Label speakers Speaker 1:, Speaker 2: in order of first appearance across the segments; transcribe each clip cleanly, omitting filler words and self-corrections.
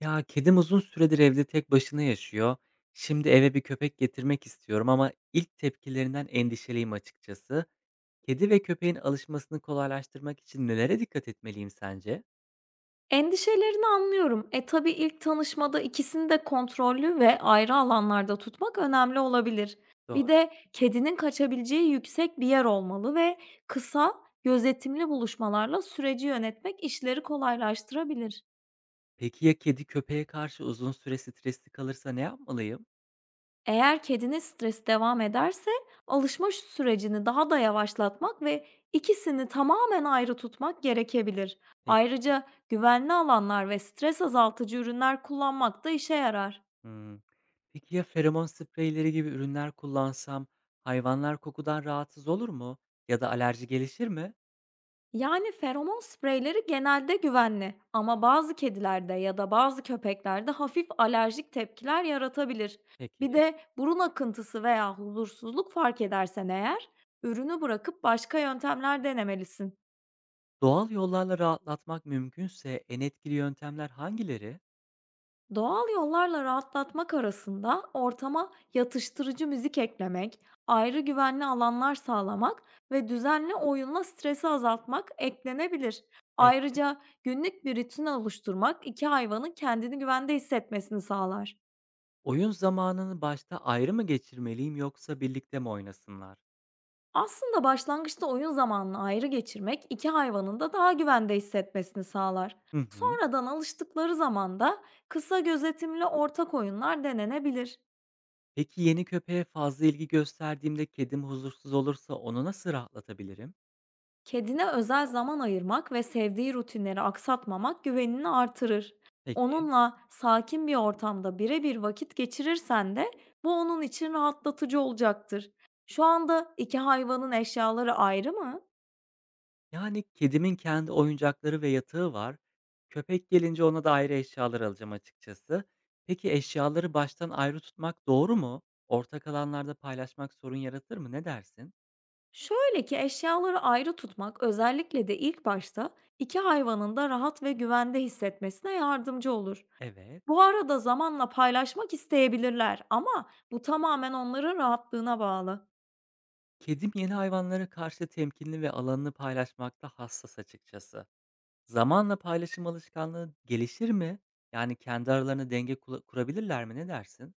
Speaker 1: Ya, kedim uzun süredir evde tek başına yaşıyor. Şimdi eve bir köpek getirmek istiyorum ama ilk tepkilerinden endişeliyim açıkçası. Kedi ve köpeğin alışmasını kolaylaştırmak için nelere dikkat etmeliyim sence?
Speaker 2: Endişelerini anlıyorum. Tabii ilk tanışmada ikisini de kontrollü ve ayrı alanlarda tutmak önemli olabilir. Bir
Speaker 1: Doğru.
Speaker 2: de kedinin kaçabileceği yüksek bir yer olmalı ve kısa, gözetimli buluşmalarla süreci yönetmek işleri kolaylaştırabilir.
Speaker 1: Peki ya kedi köpeğe karşı uzun süre stresli kalırsa ne yapmalıyım?
Speaker 2: Eğer kedinin stresi devam ederse alışma sürecini daha da yavaşlatmak ve ikisini tamamen ayrı tutmak gerekebilir.
Speaker 1: Peki.
Speaker 2: Ayrıca güvenli alanlar ve stres azaltıcı ürünler kullanmak da işe yarar.
Speaker 1: Hımm. Peki ya feromon spreyleri gibi ürünler kullansam hayvanlar kokudan rahatsız olur mu ya da alerji gelişir mi?
Speaker 2: Yani feromon spreyleri genelde güvenli ama bazı kedilerde ya da bazı köpeklerde hafif alerjik tepkiler yaratabilir. Bir
Speaker 1: Peki.
Speaker 2: de burun akıntısı veya huzursuzluk fark edersen eğer, ürünü bırakıp başka yöntemler denemelisin.
Speaker 1: Doğal yollarla rahatlatmak mümkünse en etkili yöntemler hangileri?
Speaker 2: Doğal yollarla rahatlatmak arasında ortama yatıştırıcı müzik eklemek, ayrı güvenli alanlar sağlamak ve düzenli oyunla stresi azaltmak eklenebilir.
Speaker 1: Evet.
Speaker 2: Ayrıca günlük bir rutin oluşturmak iki hayvanın kendini güvende hissetmesini sağlar.
Speaker 1: Oyun zamanını başta ayrı mı geçirmeliyim yoksa birlikte mi oynasınlar?
Speaker 2: Aslında başlangıçta oyun zamanını ayrı geçirmek iki hayvanın da daha güvende hissetmesini sağlar.
Speaker 1: Hı hı.
Speaker 2: Sonradan alıştıkları zaman da kısa gözetimli ortak oyunlar denenebilir.
Speaker 1: Peki yeni köpeğe fazla ilgi gösterdiğimde kedim huzursuz olursa onu nasıl rahatlatabilirim?
Speaker 2: Kedine özel zaman ayırmak ve sevdiği rutinleri aksatmamak güvenini artırır.
Speaker 1: Peki.
Speaker 2: Onunla sakin bir ortamda birebir vakit geçirirsen de bu onun için rahatlatıcı olacaktır. Şu anda iki hayvanın eşyaları ayrı mı?
Speaker 1: Yani kedimin kendi oyuncakları ve yatağı var. Köpek gelince ona da ayrı eşyalar alacağım açıkçası. Peki eşyaları baştan ayrı tutmak doğru mu? Ortak alanlarda paylaşmak sorun yaratır mı? Ne dersin?
Speaker 2: Şöyle ki eşyaları ayrı tutmak özellikle de ilk başta iki hayvanın da rahat ve güvende hissetmesine yardımcı olur.
Speaker 1: Evet.
Speaker 2: Bu arada zamanla paylaşmak isteyebilirler ama bu tamamen onların rahatlığına bağlı.
Speaker 1: Kedim yeni hayvanlara karşı temkinli ve alanını paylaşmakta hassas açıkçası. Zamanla paylaşım alışkanlığı gelişir mi? Yani kendi aralarında denge kurabilirler mi? Ne dersin?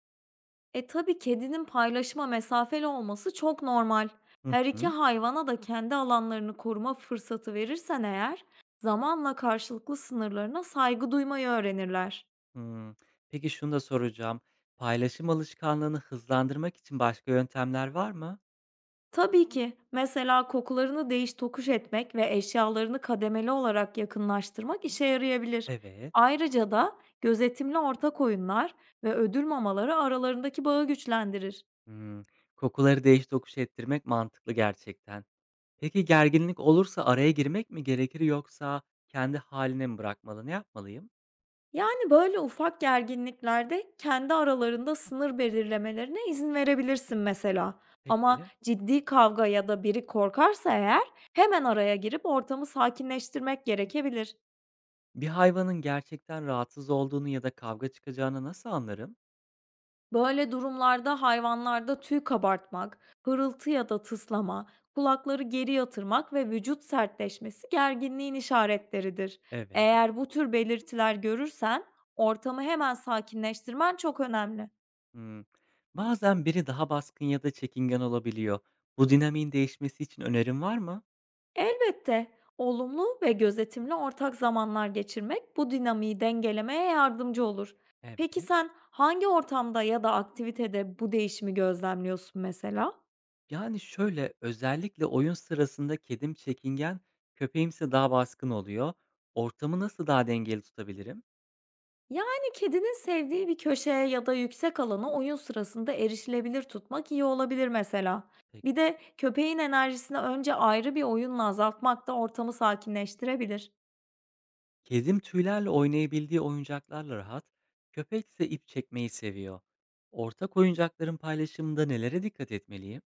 Speaker 2: Tabii kedinin paylaşıma mesafeli olması çok normal.
Speaker 1: Hı
Speaker 2: Her iki
Speaker 1: hı.
Speaker 2: hayvana da kendi alanlarını koruma fırsatı verirsen eğer, zamanla karşılıklı sınırlarına saygı duymayı öğrenirler.
Speaker 1: Hımm. Peki şunu da soracağım. Paylaşım alışkanlığını hızlandırmak için başka yöntemler var mı?
Speaker 2: Tabii ki mesela kokularını değiş tokuş etmek ve eşyalarını kademeli olarak yakınlaştırmak işe yarayabilir.
Speaker 1: Evet.
Speaker 2: Ayrıca da gözetimli ortak oyunlar ve ödül mamaları aralarındaki bağı güçlendirir.
Speaker 1: Hımm. Kokuları değiş tokuş ettirmek mantıklı gerçekten. Peki gerginlik olursa araya girmek mi gerekir yoksa kendi hâline mi bırakmalı? Ne yapmalıyım?
Speaker 2: Yani, böyle ufak gerginliklerde kendi aralarında sınır belirlemelerine izin verebilirsin mesela. Ama
Speaker 1: Peki.
Speaker 2: ciddi kavga ya da biri korkarsa eğer hemen araya girip ortamı sakinleştirmek gerekebilir.
Speaker 1: Bir hayvanın gerçekten rahatsız olduğunu ya da kavga çıkacağını nasıl anlarım?
Speaker 2: Böyle durumlarda hayvanlarda tüy kabartmak, hırıltı ya da tıslama, kulakları geri yatırmak ve vücut sertleşmesi gerginliğin işaretleridir.
Speaker 1: Evet.
Speaker 2: Eğer bu tür belirtiler görürsen ortamı hemen sakinleştirmen çok önemli.
Speaker 1: Hımm. Bazen biri daha baskın ya da çekingen olabiliyor. Bu dinamiğin değişmesi için önerin var mı?
Speaker 2: Elbette, olumlu ve gözetimli ortak zamanlar geçirmek bu dinamiği dengelemeye yardımcı olur. Peki
Speaker 1: Evet.
Speaker 2: sen hangi ortamda ya da aktivitede bu değişimi gözlemliyorsun mesela?
Speaker 1: Yani, şöyle, özellikle oyun sırasında kedim çekingen, köpeğimse daha baskın oluyor. Ortamı nasıl daha dengeli tutabilirim?
Speaker 2: Yani kedinin sevdiği bir köşeye ya da yüksek alana oyun sırasında erişilebilir tutmak iyi olabilir mesela.
Speaker 1: Peki.
Speaker 2: Bir de köpeğin enerjisini önce ayrı bir oyunla azaltmak da ortamı sakinleştirebilir.
Speaker 1: Kedim tüylerle oynayabildiği oyuncaklarla rahat, köpekse ip çekmeyi seviyor. Ortak oyuncakların paylaşımında nelere dikkat etmeliyim?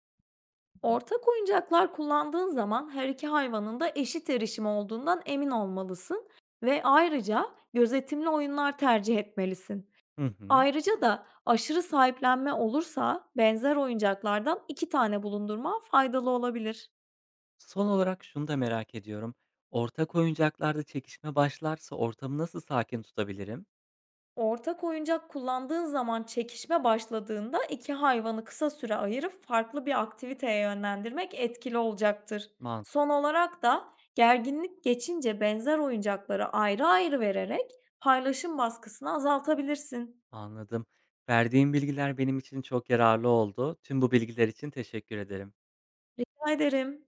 Speaker 2: Ortak oyuncaklar kullandığın zaman her iki hayvanın da eşit erişimi olduğundan emin olmalısın ve ayrıca gözetimli oyunlar tercih etmelisin.
Speaker 1: Hı hı.
Speaker 2: Ayrıca da aşırı sahiplenme olursa benzer oyuncaklardan iki tane bulundurman faydalı olabilir.
Speaker 1: Son olarak şunu da merak ediyorum. Ortak oyuncaklarda çekişme başlarsa ortamı nasıl sakin tutabilirim?
Speaker 2: Ortak oyuncak kullandığın zaman çekişme başladığında iki hayvanı kısa süre ayırıp farklı bir aktiviteye yönlendirmek etkili olacaktır.
Speaker 1: Mantık
Speaker 2: Son olarak da gerginlik geçince benzer oyuncakları ayrı ayrı vererek paylaşım baskısını azaltabilirsin.
Speaker 1: anladım. Verdiğim bilgiler benim için çok yararlı oldu. Tüm bu bilgiler için teşekkür ederim.
Speaker 2: Rica ederim.